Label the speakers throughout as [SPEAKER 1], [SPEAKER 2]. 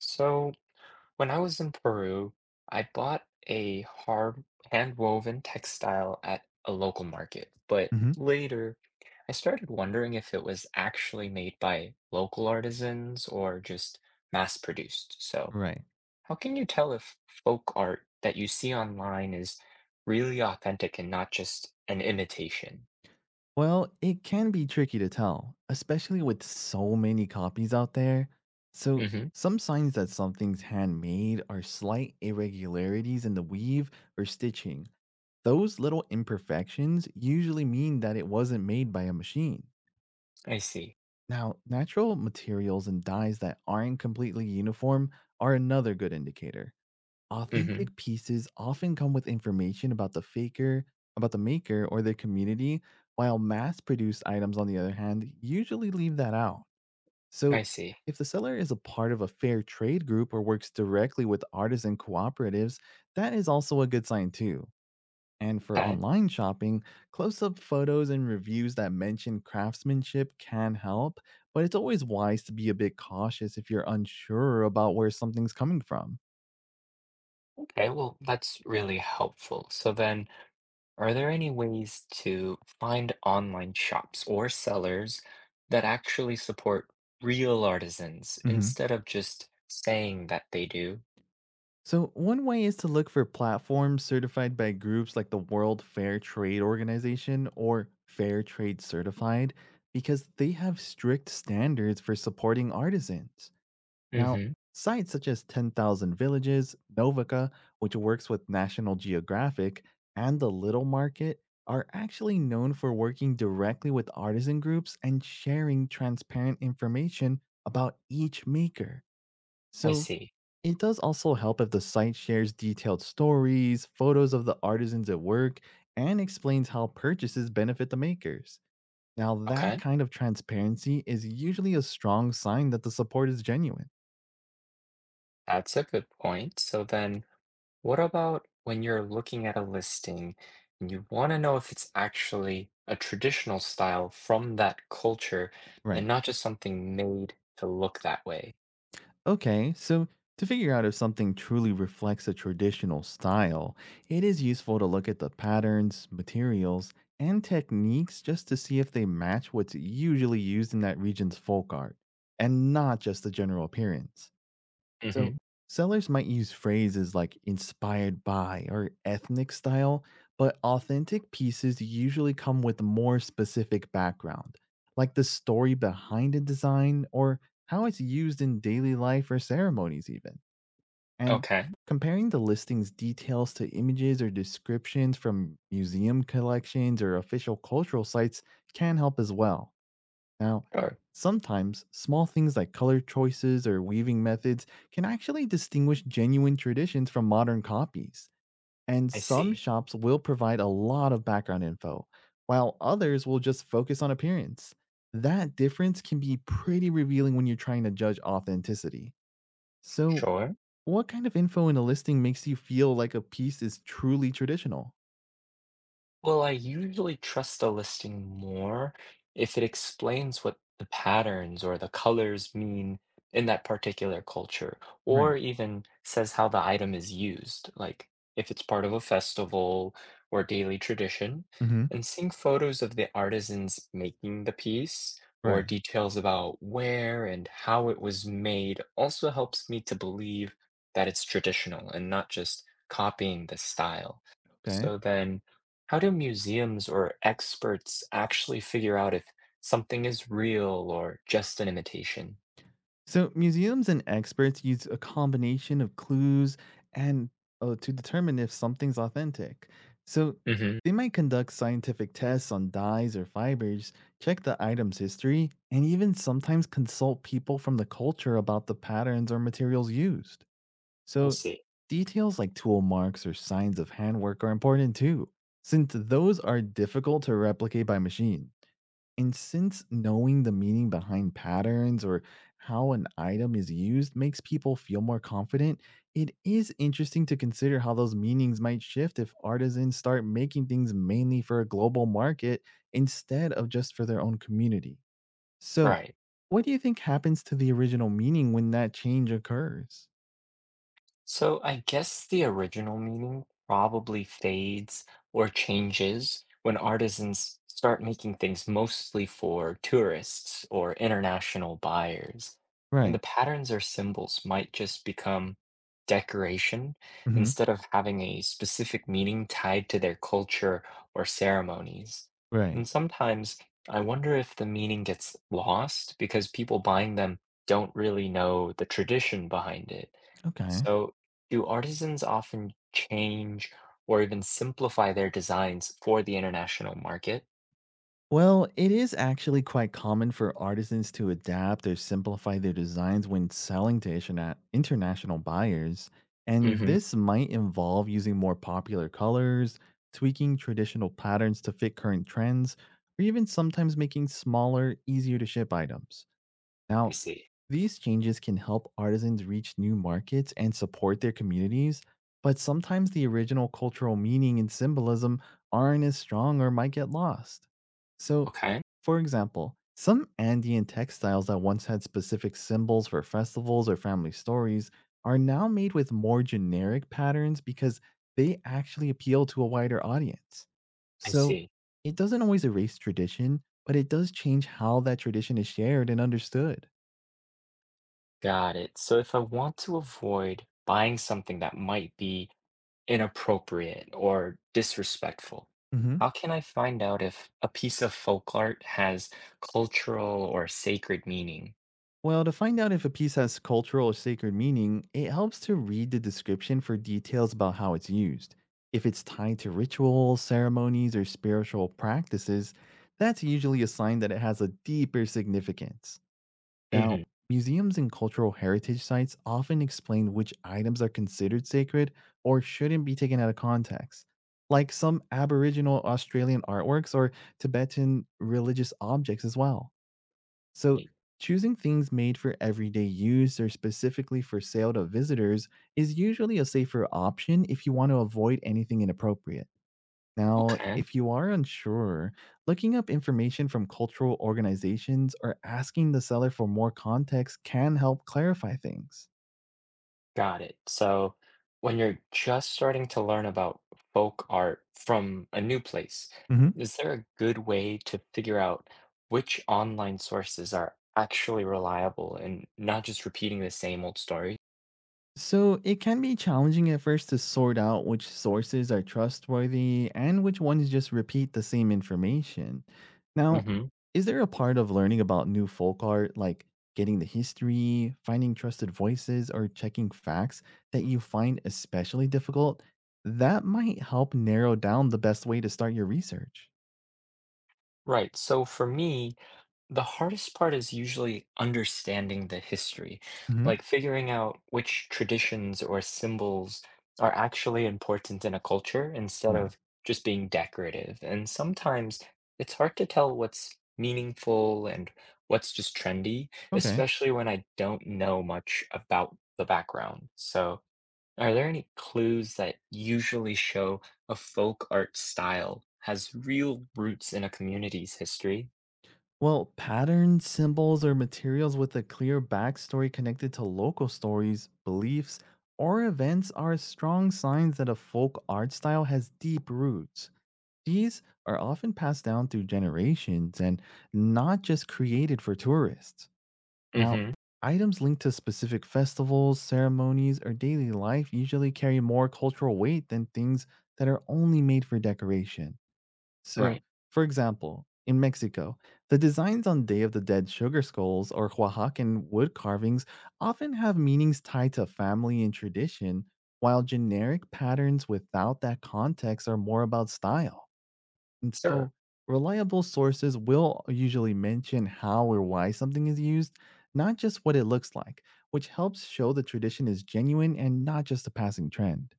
[SPEAKER 1] So, when I was in Peru, I bought a hard hand-woven textile at a local market, but
[SPEAKER 2] Hmm.
[SPEAKER 1] later I started wondering if it was actually made by local artisans or just mass-produced. So,
[SPEAKER 2] Right.
[SPEAKER 1] how can you tell if folk art that you see online is really authentic and not just an imitation?
[SPEAKER 2] Well, it can be tricky to tell, especially with so many copies out there. So,
[SPEAKER 1] Mm-hmm.
[SPEAKER 2] some signs that something's handmade are slight irregularities in the weave or stitching. Those little imperfections usually mean that it wasn't made by a machine.
[SPEAKER 1] I see.
[SPEAKER 2] Now, natural materials and dyes that aren't completely uniform are another good indicator.
[SPEAKER 1] Mm-hmm.
[SPEAKER 2] Authentic pieces often come with information about the maker, or their community, while mass produced items, on the other hand, usually leave that out. So,
[SPEAKER 1] I see.
[SPEAKER 2] if the seller is a part of a fair trade group or works directly with artisan cooperatives, that is also a good sign too. And for
[SPEAKER 1] Okay.
[SPEAKER 2] online shopping, close up photos and reviews that mention craftsmanship can help, but it's always wise to be a bit cautious if you're unsure about where something's coming from.
[SPEAKER 1] Okay, well, that's really helpful. So then, are there any ways to find online shops or sellers that actually support real artisans
[SPEAKER 2] Mhm.
[SPEAKER 1] instead of just saying that they do?
[SPEAKER 2] So, one way is to look for platforms certified by groups like the World Fair Trade Organization or Fair Trade Certified, because they have strict standards for supporting artisans. Now,
[SPEAKER 1] Mm-hmm.
[SPEAKER 2] sites such as 10,000 Villages, Novica, which works with National Geographic, and The Little Market are actually known for working directly with artisan groups and sharing transparent information about each maker.
[SPEAKER 1] I
[SPEAKER 2] So,
[SPEAKER 1] see.
[SPEAKER 2] it does also help if the site shares detailed stories, photos of the artisans at work, and explains how purchases benefit the makers. Now, that
[SPEAKER 1] Okay,
[SPEAKER 2] kind of transparency is usually a strong sign that the support is genuine.
[SPEAKER 1] that's a good point. So then, what about when you're looking at a listing and you want to know if it's actually a traditional style from that culture
[SPEAKER 2] Right.
[SPEAKER 1] and not just something made to look that way?
[SPEAKER 2] Okay, so to figure out if something truly reflects a traditional style, it is useful to look at the patterns, materials, and techniques just to see if they match what's usually used in that region's folk art, and not just the general appearance.
[SPEAKER 1] Mm-hmm.
[SPEAKER 2] So sellers might use phrases like inspired by or ethnic style, but authentic pieces usually come with more specific background, like the story behind a design or how it's used in daily life or ceremonies, even. And
[SPEAKER 1] Okay,
[SPEAKER 2] comparing the listing's details to images or descriptions from museum collections or official cultural sites can help as well. Now,
[SPEAKER 1] sure.
[SPEAKER 2] sometimes small things like color choices or weaving methods can actually distinguish genuine traditions from modern copies. And
[SPEAKER 1] I
[SPEAKER 2] some
[SPEAKER 1] see.
[SPEAKER 2] shops will provide a lot of background info, while others will just focus on appearance. That difference can be pretty revealing when you're trying to judge authenticity. So,
[SPEAKER 1] Sure.
[SPEAKER 2] what kind of info in a listing makes you feel like a piece is truly traditional?
[SPEAKER 1] Well, I usually trust a listing more if it explains what the patterns or the colors mean in that particular culture,
[SPEAKER 2] Right.
[SPEAKER 1] or even says how the item is used, like if it's part of a festival or daily tradition.
[SPEAKER 2] Hmm.
[SPEAKER 1] And seeing photos of the artisans making the piece or
[SPEAKER 2] Right.
[SPEAKER 1] details about where and how it was made also helps me to believe that it's traditional and not just copying the style.
[SPEAKER 2] Okay.
[SPEAKER 1] So then, how do museums or experts actually figure out if something is real or just an imitation?
[SPEAKER 2] So, museums and experts use a combination of clues and to determine if something's authentic. So,
[SPEAKER 1] Hmm.
[SPEAKER 2] they might conduct scientific tests on dyes or fibers, check the item's history, and even sometimes consult people from the culture about the patterns or materials used.
[SPEAKER 1] I
[SPEAKER 2] So,
[SPEAKER 1] see.
[SPEAKER 2] details like tool marks or signs of handwork are important too, since those are difficult to replicate by machine. And since knowing the meaning behind patterns or how an item is used makes people feel more confident, it is interesting to consider how those meanings might shift if artisans start making things mainly for a global market instead of just for their own community. So,
[SPEAKER 1] Right.
[SPEAKER 2] what do you think happens to the original meaning when that change occurs?
[SPEAKER 1] So I guess the original meaning probably fades or changes when artisans start making things mostly for tourists or international buyers. And the
[SPEAKER 2] Right.
[SPEAKER 1] patterns or symbols might just become decoration
[SPEAKER 2] Hmm.
[SPEAKER 1] instead of having a specific meaning tied to their culture or ceremonies.
[SPEAKER 2] Right.
[SPEAKER 1] And sometimes I wonder if the meaning gets lost because people buying them don't really know the tradition behind it.
[SPEAKER 2] Okay.
[SPEAKER 1] So do artisans often change or even simplify their designs for the international market?
[SPEAKER 2] Well, it is actually quite common for artisans to adapt or simplify their designs when selling to international buyers. And
[SPEAKER 1] Hmm.
[SPEAKER 2] this might involve using more popular colors, tweaking traditional patterns to fit current trends, or even sometimes making smaller, easier to ship items.
[SPEAKER 1] I
[SPEAKER 2] Now,
[SPEAKER 1] see.
[SPEAKER 2] these changes can help artisans reach new markets and support their communities, but sometimes the original cultural meaning and symbolism aren't as strong or might get lost. So,
[SPEAKER 1] Okay,
[SPEAKER 2] for example, some Andean textiles that once had specific symbols for festivals or family stories are now made with more generic patterns because they actually appeal to a wider audience.
[SPEAKER 1] I
[SPEAKER 2] So,
[SPEAKER 1] see.
[SPEAKER 2] it doesn't always erase tradition, but it does change how that tradition is shared and understood.
[SPEAKER 1] Got it. So if I want to avoid buying something that might be inappropriate or disrespectful,
[SPEAKER 2] hmm
[SPEAKER 1] how can I find out if a piece of folk art has cultural or sacred meaning?
[SPEAKER 2] Well, to find out if a piece has cultural or sacred meaning, it helps to read the description for details about how it's used. If it's tied to rituals, ceremonies, or spiritual practices, that's usually a sign that it has a deeper significance.
[SPEAKER 1] Hmm.
[SPEAKER 2] Now, museums and cultural heritage sites often explain which items are considered sacred or shouldn't be taken out of context. Like some Aboriginal Australian artworks or Tibetan religious objects as well. So, choosing things made for everyday use or specifically for sale to visitors is usually a safer option if you want to avoid anything inappropriate. Now,
[SPEAKER 1] Okay.
[SPEAKER 2] if you are unsure, looking up information from cultural organizations or asking the seller for more context can help clarify things.
[SPEAKER 1] Got it. So when you're just starting to learn about folk art from a new place, is there a good way to figure out which online sources are actually reliable and not just repeating the same old story?
[SPEAKER 2] So it can be challenging at first to sort out which sources are trustworthy and which ones just repeat the same information. Now,
[SPEAKER 1] Hmm.
[SPEAKER 2] is there a part of learning about new folk art, like getting the history, finding trusted voices, or checking facts, that you find especially difficult? That might help narrow down the best way to start your research.
[SPEAKER 1] Right. So for me, the hardest part is usually understanding the history,
[SPEAKER 2] Hmm.
[SPEAKER 1] like figuring out which traditions or symbols are actually important in a culture instead
[SPEAKER 2] Right.
[SPEAKER 1] of just being decorative. And sometimes it's hard to tell what's meaningful and what's just trendy,
[SPEAKER 2] Okay.
[SPEAKER 1] especially when I don't know much about the background. So are there any clues that usually show a folk art style has real roots in a community's history?
[SPEAKER 2] Well, patterns, symbols, or materials with a clear backstory connected to local stories, beliefs, or events are strong signs that a folk art style has deep roots. These are often passed down through generations and not just created for tourists. Now,
[SPEAKER 1] Hmm.
[SPEAKER 2] items linked to specific festivals, ceremonies, or daily life usually carry more cultural weight than things that are only made for decoration.
[SPEAKER 1] Right.
[SPEAKER 2] So, for example, in Mexico, the designs on Day of the Dead sugar skulls or Oaxacan wood carvings often have meanings tied to family and tradition, while generic patterns without that context are more about style. And
[SPEAKER 1] Sure.
[SPEAKER 2] so, reliable sources will usually mention how or why something is used, not just what it looks like, which helps show the tradition is genuine and not just a passing trend.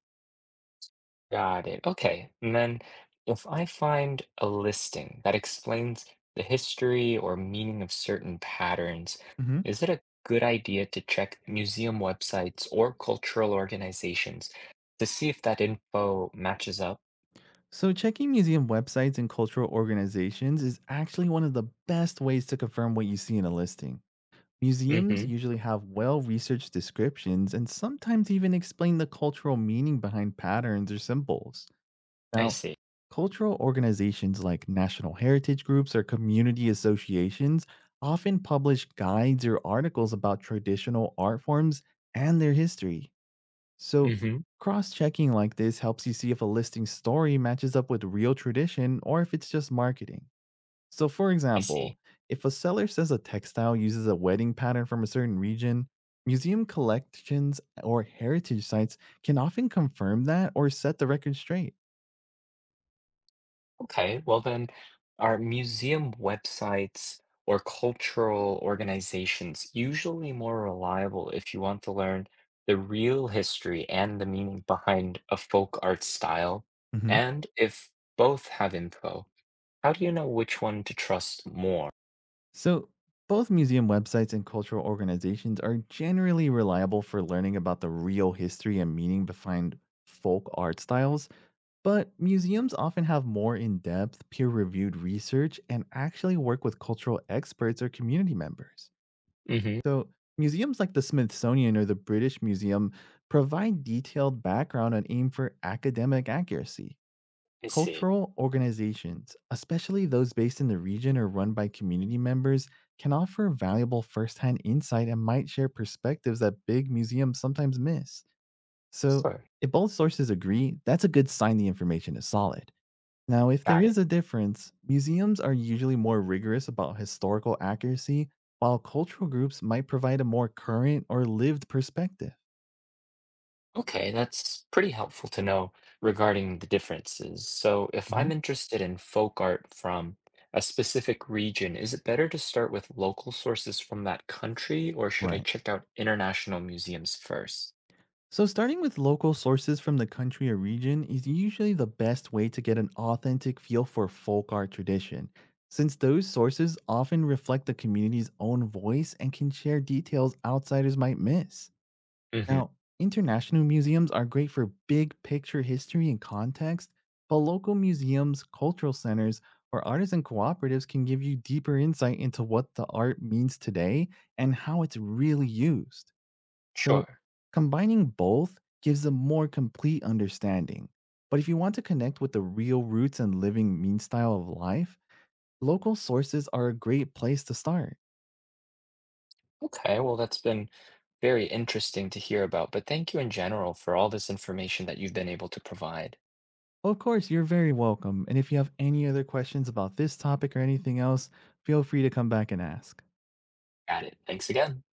[SPEAKER 1] Got it. Okay. And then if I find a listing that explains the history or meaning of certain patterns,
[SPEAKER 2] Mhm.
[SPEAKER 1] is it a good idea to check museum websites or cultural organizations to see if that info matches up?
[SPEAKER 2] So, checking museum websites and cultural organizations is actually one of the best ways to confirm what you see in a listing. Museums
[SPEAKER 1] Hmm.
[SPEAKER 2] usually have well researched descriptions and sometimes even explain the cultural meaning behind patterns or symbols.
[SPEAKER 1] I
[SPEAKER 2] Now,
[SPEAKER 1] see.
[SPEAKER 2] cultural organizations like national heritage groups or community associations often publish guides or articles about traditional art forms and their history. So,
[SPEAKER 1] Hmm.
[SPEAKER 2] cross checking like this helps you see if a listing story matches up with real tradition or if it's just marketing. So, for
[SPEAKER 1] I see.
[SPEAKER 2] example, if a seller says a textile uses a wedding pattern from a certain region, museum collections or heritage sites can often confirm that or set the record straight.
[SPEAKER 1] Okay, well then, are museum websites or cultural organizations usually more reliable if you want to learn the real history and the meaning behind a folk art style?
[SPEAKER 2] hmm
[SPEAKER 1] And if both have info, how do you know which one to trust more?
[SPEAKER 2] So, both museum websites and cultural organizations are generally reliable for learning about the real history and meaning behind folk art styles. But museums often have more in depth, peer reviewed research and actually work with cultural experts or community members.
[SPEAKER 1] Mm-hmm.
[SPEAKER 2] So, museums like the Smithsonian or the British Museum provide detailed background and aim for academic accuracy.
[SPEAKER 1] I see.
[SPEAKER 2] Cultural organizations, especially those based in the region or run by community members, can offer valuable firsthand insight and might share perspectives that big museums sometimes miss. So,
[SPEAKER 1] Sure.
[SPEAKER 2] if both sources agree, that's a good sign the information is solid. Now, if there
[SPEAKER 1] Got it.
[SPEAKER 2] is a difference, museums are usually more rigorous about historical accuracy, while cultural groups might provide a more current or lived perspective.
[SPEAKER 1] Okay, that's pretty helpful to know regarding the differences. So, if I'm
[SPEAKER 2] Hmm.
[SPEAKER 1] interested in folk art from a specific region, is it better to start with local sources from that country, or should I
[SPEAKER 2] Right.
[SPEAKER 1] check out international museums first?
[SPEAKER 2] So, starting with local sources from the country or region is usually the best way to get an authentic feel for folk art tradition, since those sources often reflect the community's own voice and can share details outsiders might miss.
[SPEAKER 1] Mm-hmm.
[SPEAKER 2] Now, international museums are great for big picture history and context, but local museums, cultural centers, or artisan cooperatives can give you deeper insight into what the art means today and how it's really used. So,
[SPEAKER 1] Sure.
[SPEAKER 2] combining both gives a more complete understanding. But if you want to connect with the real roots and living mean style of life, local sources are a great place to start.
[SPEAKER 1] Okay, well, that's been very interesting to hear about, but thank you in general for all this information that you've been able to provide.
[SPEAKER 2] Well, of course, you're very welcome. And if you have any other questions about this topic or anything else, feel free to come back and ask.
[SPEAKER 1] Got it. Thanks again.